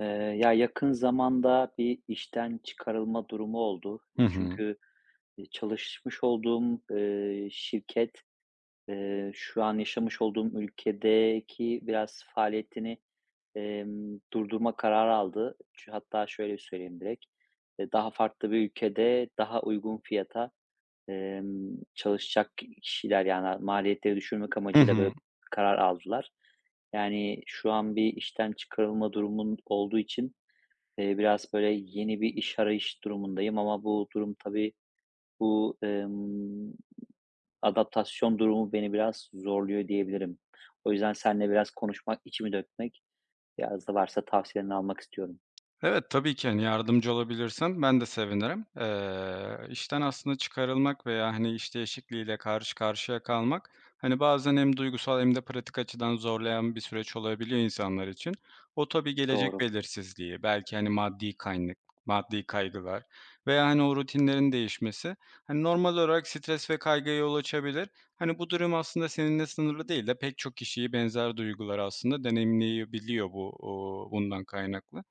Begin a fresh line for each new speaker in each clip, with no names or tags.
Ya, yakın zamanda bir işten çıkarılma durumu oldu.
Hı hı.
Çünkü, çalışmış olduğum, şirket, şu an yaşamış olduğum ülkedeki biraz faaliyetini, durdurma kararı aldı. Hatta şöyle söyleyeyim direkt, daha farklı bir ülkede daha uygun fiyata, çalışacak kişiler, yani, maliyetleri düşürmek
Hı
amacıyla
hı.
böyle karar aldılar. Yani, şu an bir işten çıkarılma durumun olduğu için, biraz böyle yeni bir iş arayış durumundayım ama bu durum tabii, bu, adaptasyon durumu beni biraz zorluyor diyebilirim. O yüzden seninle biraz konuşmak, içimi dökmek, biraz da varsa tavsiyelerini almak istiyorum.
Evet, tabii ki, hani, yardımcı olabilirsem ben de sevinirim. İşten aslında çıkarılmak veya, hani, iş değişikliğiyle karşı karşıya kalmak, hani, bazen hem duygusal hem de pratik açıdan zorlayan bir süreç olabiliyor insanlar için. O tabii gelecek
Doğru,
belirsizliği, belki, hani, maddi kaygılar veya, hani, o rutinlerin değişmesi, hani, normal olarak stres ve kaygıya yol açabilir. Hani, bu durum aslında seninle sınırlı değil de pek çok kişiyi benzer duyguları aslında deneyimleyebiliyor bu, bundan kaynaklı.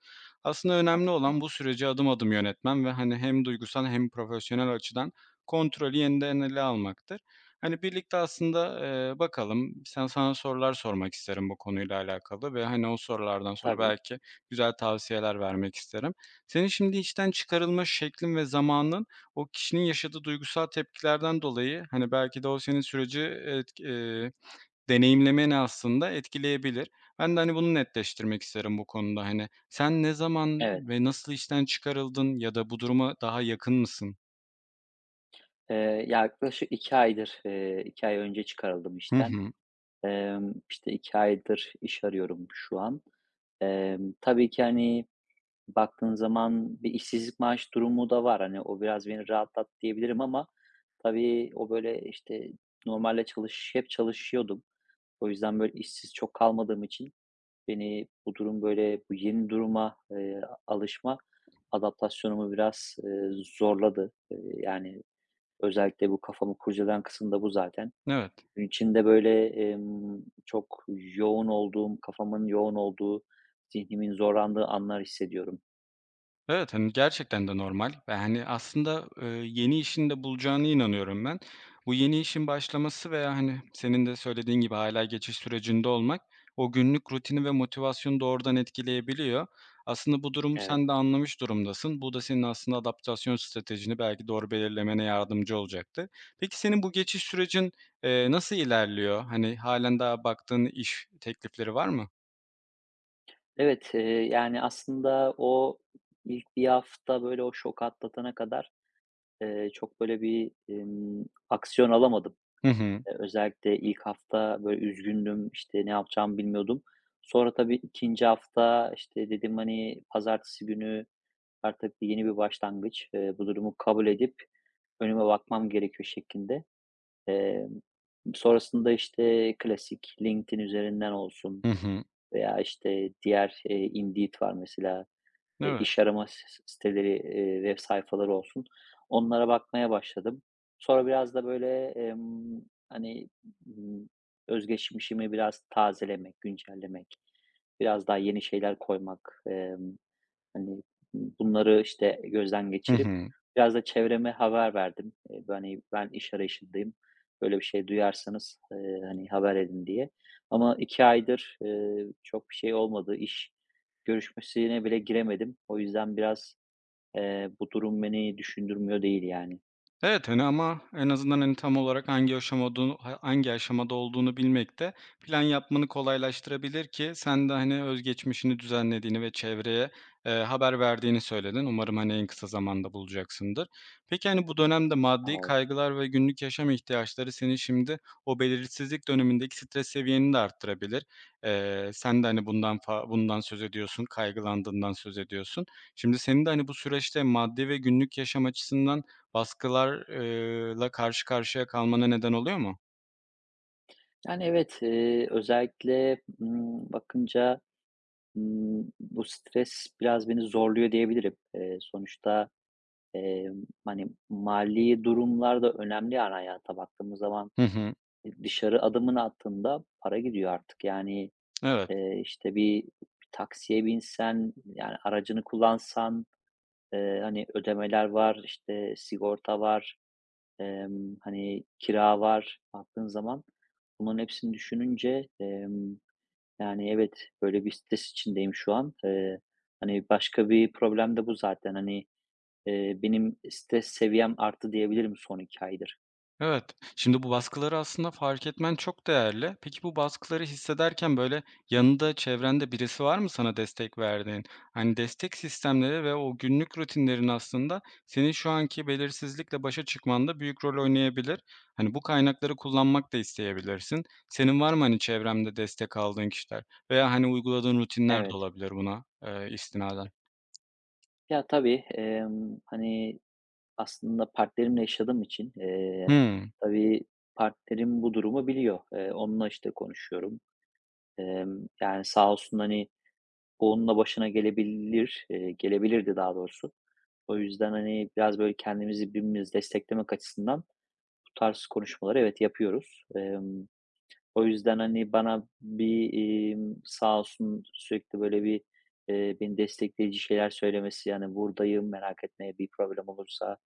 Aslında önemli
haklısın.
olan bu süreci adım adım yönetmen ve, hani, hem duygusal hem profesyonel açıdan kontrolü yeniden ele almaktır. Hani, birlikte aslında, bakalım, sana sorular sormak isterim bu konuyla alakalı ve, hani, o sorulardan sonra
Tabii,
belki güzel tavsiyeler vermek isterim. Senin şimdi içten çıkarılma şeklin ve zamanın o kişinin yaşadığı duygusal tepkilerden dolayı, hani, belki de o senin süreci etk deneyimlemeni aslında etkileyebilir. Ben de, hani, bunu netleştirmek isterim bu konuda, hani. Sen ne zaman
evet.
ve nasıl işten çıkarıldın ya da bu duruma daha yakın mısın?
Yaklaşık 2 aydır, 2 ay önce çıkarıldım
Hı
işten.
hı.
İşte 2 aydır iş arıyorum şu an. Tabii ki, hani, baktığın zaman bir işsizlik maaş durumu da var. Hani, o biraz beni rahatlattı diyebilirim ama tabii o, böyle, işte, normalde hep çalışıyordum. O yüzden, böyle, işsiz çok kalmadığım için beni bu durum, böyle, bu yeni duruma, alışma adaptasyonumu biraz, zorladı. Yani, özellikle bu kafamı kurcalayan kısım da bu zaten.
Evet.
Gün içinde, böyle, çok yoğun olduğum, kafamın yoğun olduğu, zihnimin zorlandığı anlar hissediyorum.
Evet, hani, gerçekten de normal ve, hani, aslında, yeni işini de bulacağına inanıyorum ben. Bu yeni işin başlaması veya, hani, senin de söylediğin gibi hala geçiş sürecinde olmak o günlük rutini ve motivasyonu doğrudan etkileyebiliyor. Aslında bu durum
Evet.
sen de anlamış durumdasın. Bu da senin aslında adaptasyon stratejini belki doğru belirlemene yardımcı olacaktı. Peki senin bu geçiş sürecin, nasıl ilerliyor? Hani, hâlen daha baktığın iş teklifleri var mı?
Evet, yani, aslında o ilk bir hafta, böyle, o şok atlatana kadar, çok, böyle, bir, aksiyon alamadım.
Hı hı.
Özellikle ilk hafta, böyle, üzgündüm, işte, ne yapacağımı bilmiyordum. Sonra tabii ikinci hafta, işte, dedim, hani, pazartesi günü artık bir yeni bir başlangıç, bu durumu kabul edip önüme bakmam gerekiyor şeklinde. Emm, Sonrasında, işte, klasik LinkedIn üzerinden olsun
Hı hı.
veya, işte, diğer, Indeed var mesela.
Evet.
İş arama siteleri, web sayfaları olsun. Onlara bakmaya başladım. Sonra biraz da böyle, hani, ımm, özgeçmişimi biraz tazelemek, güncellemek, biraz daha yeni şeyler koymak, hani, bunları, işte, gözden
Hı
geçirip
hı.
biraz da çevreme haber verdim. B Hani, ben iş arayışındayım. Böyle bir şey duyarsanız, hani, haber edin diye. Ama 2 aydır, çok bir şey olmadı. İş görüşmesine bile giremedim. O yüzden biraz, bu durum beni düşündürmüyor değil yani.
Evet, hani, ama en azından, hani, tam olarak hangi aşamadığını ha hangi aşamada olduğunu bilmek de plan yapmanı kolaylaştırabilir ki sen de, hani, özgeçmişini düzenlediğini ve çevreye, haber verdiğini söyledin. Umarım, hani, en kısa zamanda bulacaksındır. Peki, hani, bu dönemde maddi
Al
kaygılar ve günlük yaşam ihtiyaçları seni şimdi o belirsizlik dönemindeki stres seviyeni de arttırabilir. Sen de, hani, bundan söz ediyorsun, kaygılandığından söz ediyorsun. Şimdi senin de, hani, bu süreçte maddi ve günlük yaşam açısından baskılar karşı karşıya kalmana neden oluyor mu?
Yani, evet, özellikle, bakınca, bu stres biraz beni zorluyor diyebilirim. Sonuçta, hani, mali durumlar da önemli yani hayata baktığımız zaman.
Hı hı.
Dışarı adımını attığında para gidiyor artık. Yani,
Evet,
işte, bir taksiye binsen, yani aracını kullansan, hani, ödemeler var, işte, sigorta var, hani, kira var baktığın zaman. Bunların hepsini düşününce, yani evet, böyle bir stres içindeyim şu an. Hani, başka bir problem de bu zaten. Hani, benim stres seviyem arttı diyebilirim son 2 aydır.
evet. Şimdi bu baskıları aslında fark etmen çok değerli. Peki bu baskıları hissederken, böyle, yanında, çevrende birisi var mı sana destek verdiğin? Hani, destek sistemleri ve o günlük rutinlerin aslında senin şu anki belirsizlikle başa çıkmanda büyük rol oynayabilir. Hani, bu kaynakları kullanmak da isteyebilirsin. Senin var mı, hani, çevremde destek aldığın kişiler veya, hani, uyguladığın rutinler de
Evet.
olabilir buna, istinaden?
Ya, tabii, hani, aslında partnerimle yaşadığım için,
Hımm,
tabii partnerim bu durumu biliyor. Onunla, işte, konuşuyorum. Yani, sağ olsun, hani, bu başına gelebilir, gelebilirdi daha doğrusu. O yüzden, hani, biraz böyle kendimizi birbirimizi desteklemek açısından bu tarz konuşmaları evet yapıyoruz. O yüzden, hani, bana bir, sağ olsun sürekli böyle bir, beni destekleyici şeyler söylemesi, yani, "Buradayım, merak etmeye bir problem olursa,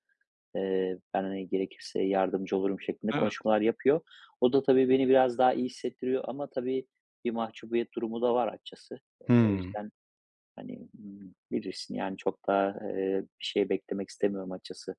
ben, hani, gerekirse yardımcı olurum." şeklinde
evet.
konuşmalar yapıyor. O da tabii beni biraz daha iyi hissettiriyor ama tabii bir mahcubiyet durumu da var açıkçası. O
Hımm.
yüzden, hani, bilirsin, yani, çok da, bir şey beklemek istemiyorum açıkçası.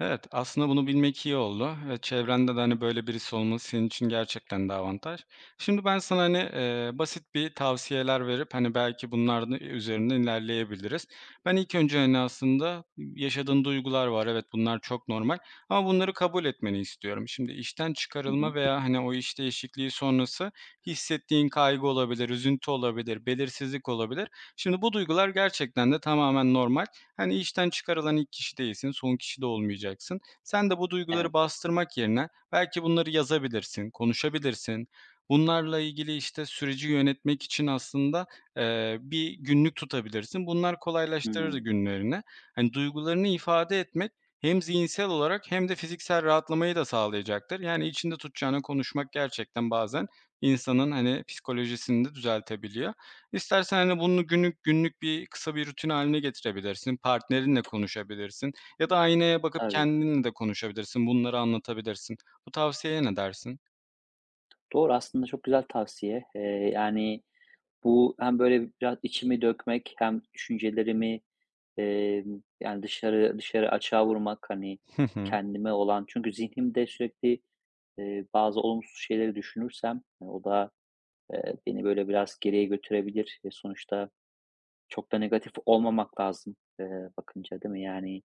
Evet, aslında bunu bilmek iyi oldu ve çevrende de, hani, böyle birisi olması senin için gerçekten de avantaj. Şimdi ben sana, hani, basit bir tavsiyeler verip, hani, belki bunların üzerinden ilerleyebiliriz. Ben ilk önce, hani, aslında yaşadığın duygular var. Evet, bunlar çok normal ama bunları kabul etmeni istiyorum. Şimdi işten
Hı
çıkarılma
hı.
veya, hani, o iş değişikliği sonrası hissettiğin kaygı olabilir, üzüntü olabilir, belirsizlik olabilir. Şimdi bu duygular gerçekten de tamamen normal. Hani, işten çıkarılan ilk kişi değilsin, son kişi de olmayacaksın. Sen de bu duyguları
Evet.
bastırmak yerine belki bunları yazabilirsin, konuşabilirsin. Bunlarla ilgili, işte, süreci yönetmek için aslında, bir günlük tutabilirsin. Bunlar kolaylaştırır
Hımm.
günlerini. Hani, duygularını ifade etmek hem zihinsel olarak hem de fiziksel rahatlamayı da sağlayacaktır. Yani içinde tutacağını konuşmak gerçekten bazen insanın, hani, psikolojisini de düzeltebiliyor. İstersen, hani, bunu günlük bir kısa bir rutin haline getirebilirsin, partnerinle konuşabilirsin ya da aynaya bakıp
Tabii.
kendinle de konuşabilirsin, bunları anlatabilirsin. Bu tavsiyeye ne dersin?
Doğru, aslında çok güzel tavsiye. Yani, bu hem böyle biraz içimi dökmek hem düşüncelerimi, yani, dışarı açığa vurmak, hani,
Hı hı.
kendime olan çünkü zihnimde sürekli, bazı olumsuz şeyleri düşünürsem, o da, beni böyle biraz geriye götürebilir. Sonuçta çok da negatif olmamak lazım, bakınca, değil mi? Yani,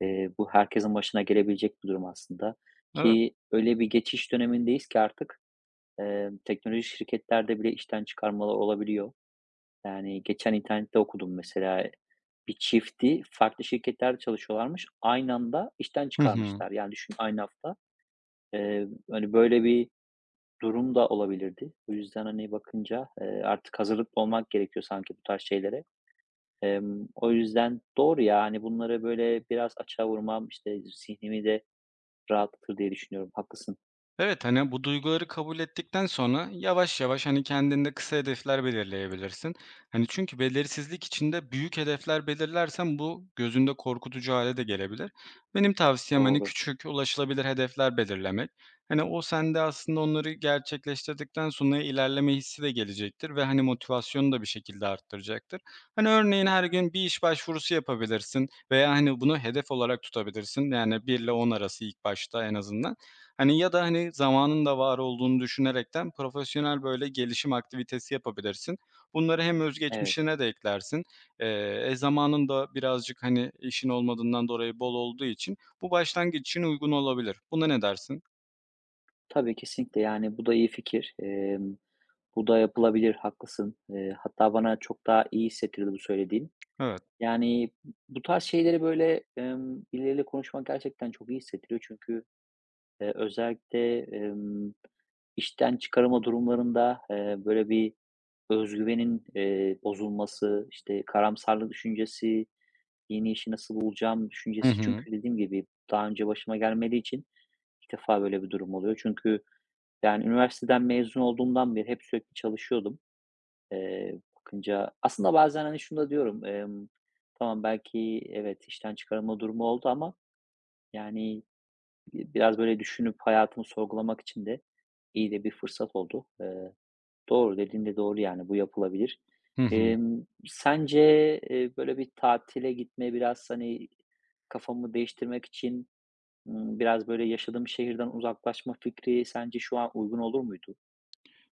bu herkesin başına gelebilecek bir durum aslında
Evet.
ki öyle bir geçiş dönemindeyiz ki artık, teknoloji şirketlerde bile işten çıkarmalar olabiliyor. Yani, geçen internette okudum mesela, bir çifti farklı şirketlerde çalışıyorlarmış. Aynı anda işten
Hı hı.
çıkarmışlar. Yani, düşün aynı hafta. Hani, böyle bir durum da olabilirdi. O yüzden, hani, bakınca, artık hazırlıklı olmak gerekiyor sanki bu tarz şeylere. O yüzden doğru ya, hani, bunları böyle biraz açığa vurmam, işte, zihnimi de rahatlatır diye düşünüyorum. Haklısın.
Evet, hani, bu duyguları kabul ettikten sonra yavaş yavaş, hani, kendinde kısa hedefler belirleyebilirsin. Hani, çünkü belirsizlik içinde büyük hedefler belirlersen bu gözünde korkutucu hale de gelebilir. Benim tavsiyem, hani,
Doğru.
küçük, ulaşılabilir hedefler belirlemek. Hani, o sende aslında onları gerçekleştirdikten sonra ilerleme hissi de gelecektir ve, hani, motivasyonu da bir şekilde arttıracaktır. Hani, örneğin her gün bir iş başvurusu yapabilirsin veya, hani, bunu hedef olarak tutabilirsin. Yani bir ile 10 arası ilk başta en azından. Hani, ya da, hani, zamanın da var olduğunu düşünerekten profesyonel böyle gelişim aktivitesi yapabilirsin. Bunları hem
Evet.
özgeçmişine de eklersin. Zamanın da birazcık, hani, işin olmadığından dolayı bol olduğu için bu başlangıç için uygun olabilir. Buna ne dersin?
Tabii, kesinlikle. Yani, bu da iyi fikir. Bu da yapılabilir, haklısın. Hatta bana çok daha iyi hissettirdi bu söylediğin.
Evet.
Yani, bu tarz şeyleri, böyle, birileriyle konuşmak gerçekten çok iyi hissettiriyor. Çünkü, özellikle, işten çıkarılma durumlarında, böyle, bir özgüvenin, bozulması, işte, karamsarlık düşüncesi, yeni işi nasıl bulacağım
Hı
düşüncesi.
hı.
Çünkü dediğim gibi daha önce başıma gelmediği için ilk defa böyle bir durum oluyor. Çünkü yani, üniversiteden mezun olduğumdan beri hep sürekli çalışıyordum. Bakınca aslında bazen, hani, şunu da diyorum, tamam belki evet, işten çıkarılma durumu oldu ama, yani, biraz böyle düşünüp hayatımı sorgulamak için de iyi de bir fırsat oldu. Doğru, dediğin de doğru, yani, bu yapılabilir.
Hı hı.
Sence, böyle bir tatile gitme, biraz, hani, kafamı değiştirmek için, biraz böyle yaşadığım şehirden uzaklaşma fikri sence şu an uygun olur muydu?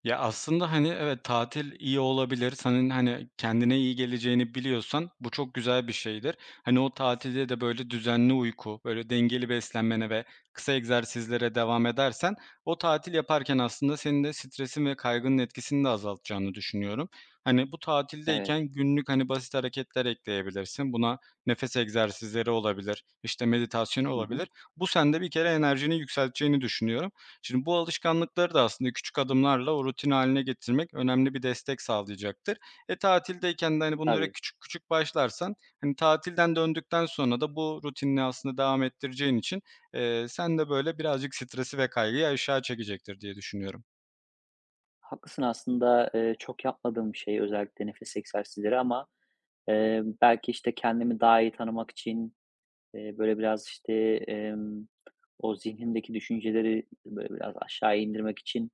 Ya, aslında, hani, evet, tatil iyi olabilir. Senin, hani, kendine iyi geleceğini biliyorsan bu çok güzel bir şeydir. Hani, o tatilde de, böyle, düzenli uyku, böyle, dengeli beslenmene ve kısa egzersizlere devam edersen o tatil yaparken aslında senin de stresin ve kaygının etkisini de azaltacağını düşünüyorum. Hani, bu
Evet.
tatildeyken günlük, hani, basit hareketler ekleyebilirsin. Buna nefes egzersizleri olabilir, işte, meditasyon
Hı.
olabilir. Bu sende bir kere enerjini yükselteceğini düşünüyorum. Şimdi bu alışkanlıkları da aslında küçük adımlarla o rutin haline getirmek önemli bir destek sağlayacaktır. E, tatildeyken de, hani, bunlara
Tabii,
küçük küçük başlarsan, hani, tatilden döndükten sonra da bu rutinini aslında devam ettireceğin için, e, sen de böyle birazcık stresi ve kaygıyı aşağı çekecektir diye düşünüyorum.
haklısın aslında, çok yapmadığım şey özellikle nefes egzersizleri ama, belki, işte, kendimi daha iyi tanımak için, böyle, biraz, işte, emm, o zihnimdeki düşünceleri, böyle, biraz aşağı indirmek için,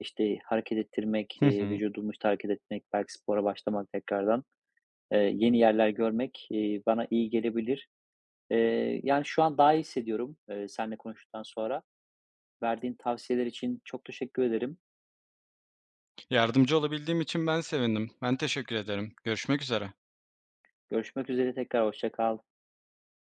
işte, hareket ettirmek,
Hı hı.
vücudumu, işte, hareket etmek, belki spora başlamak tekrardan, yeni yerler görmek, bana iyi gelebilir. Yani, şu an daha iyi hissediyorum, seninle konuştuktan sonra. Verdiğin tavsiyeler için çok teşekkür ederim.
Yardımcı olabildiğim için ben sevindim. Ben teşekkür ederim. Görüşmek üzere.
Görüşmek üzere tekrar, hoşça kal.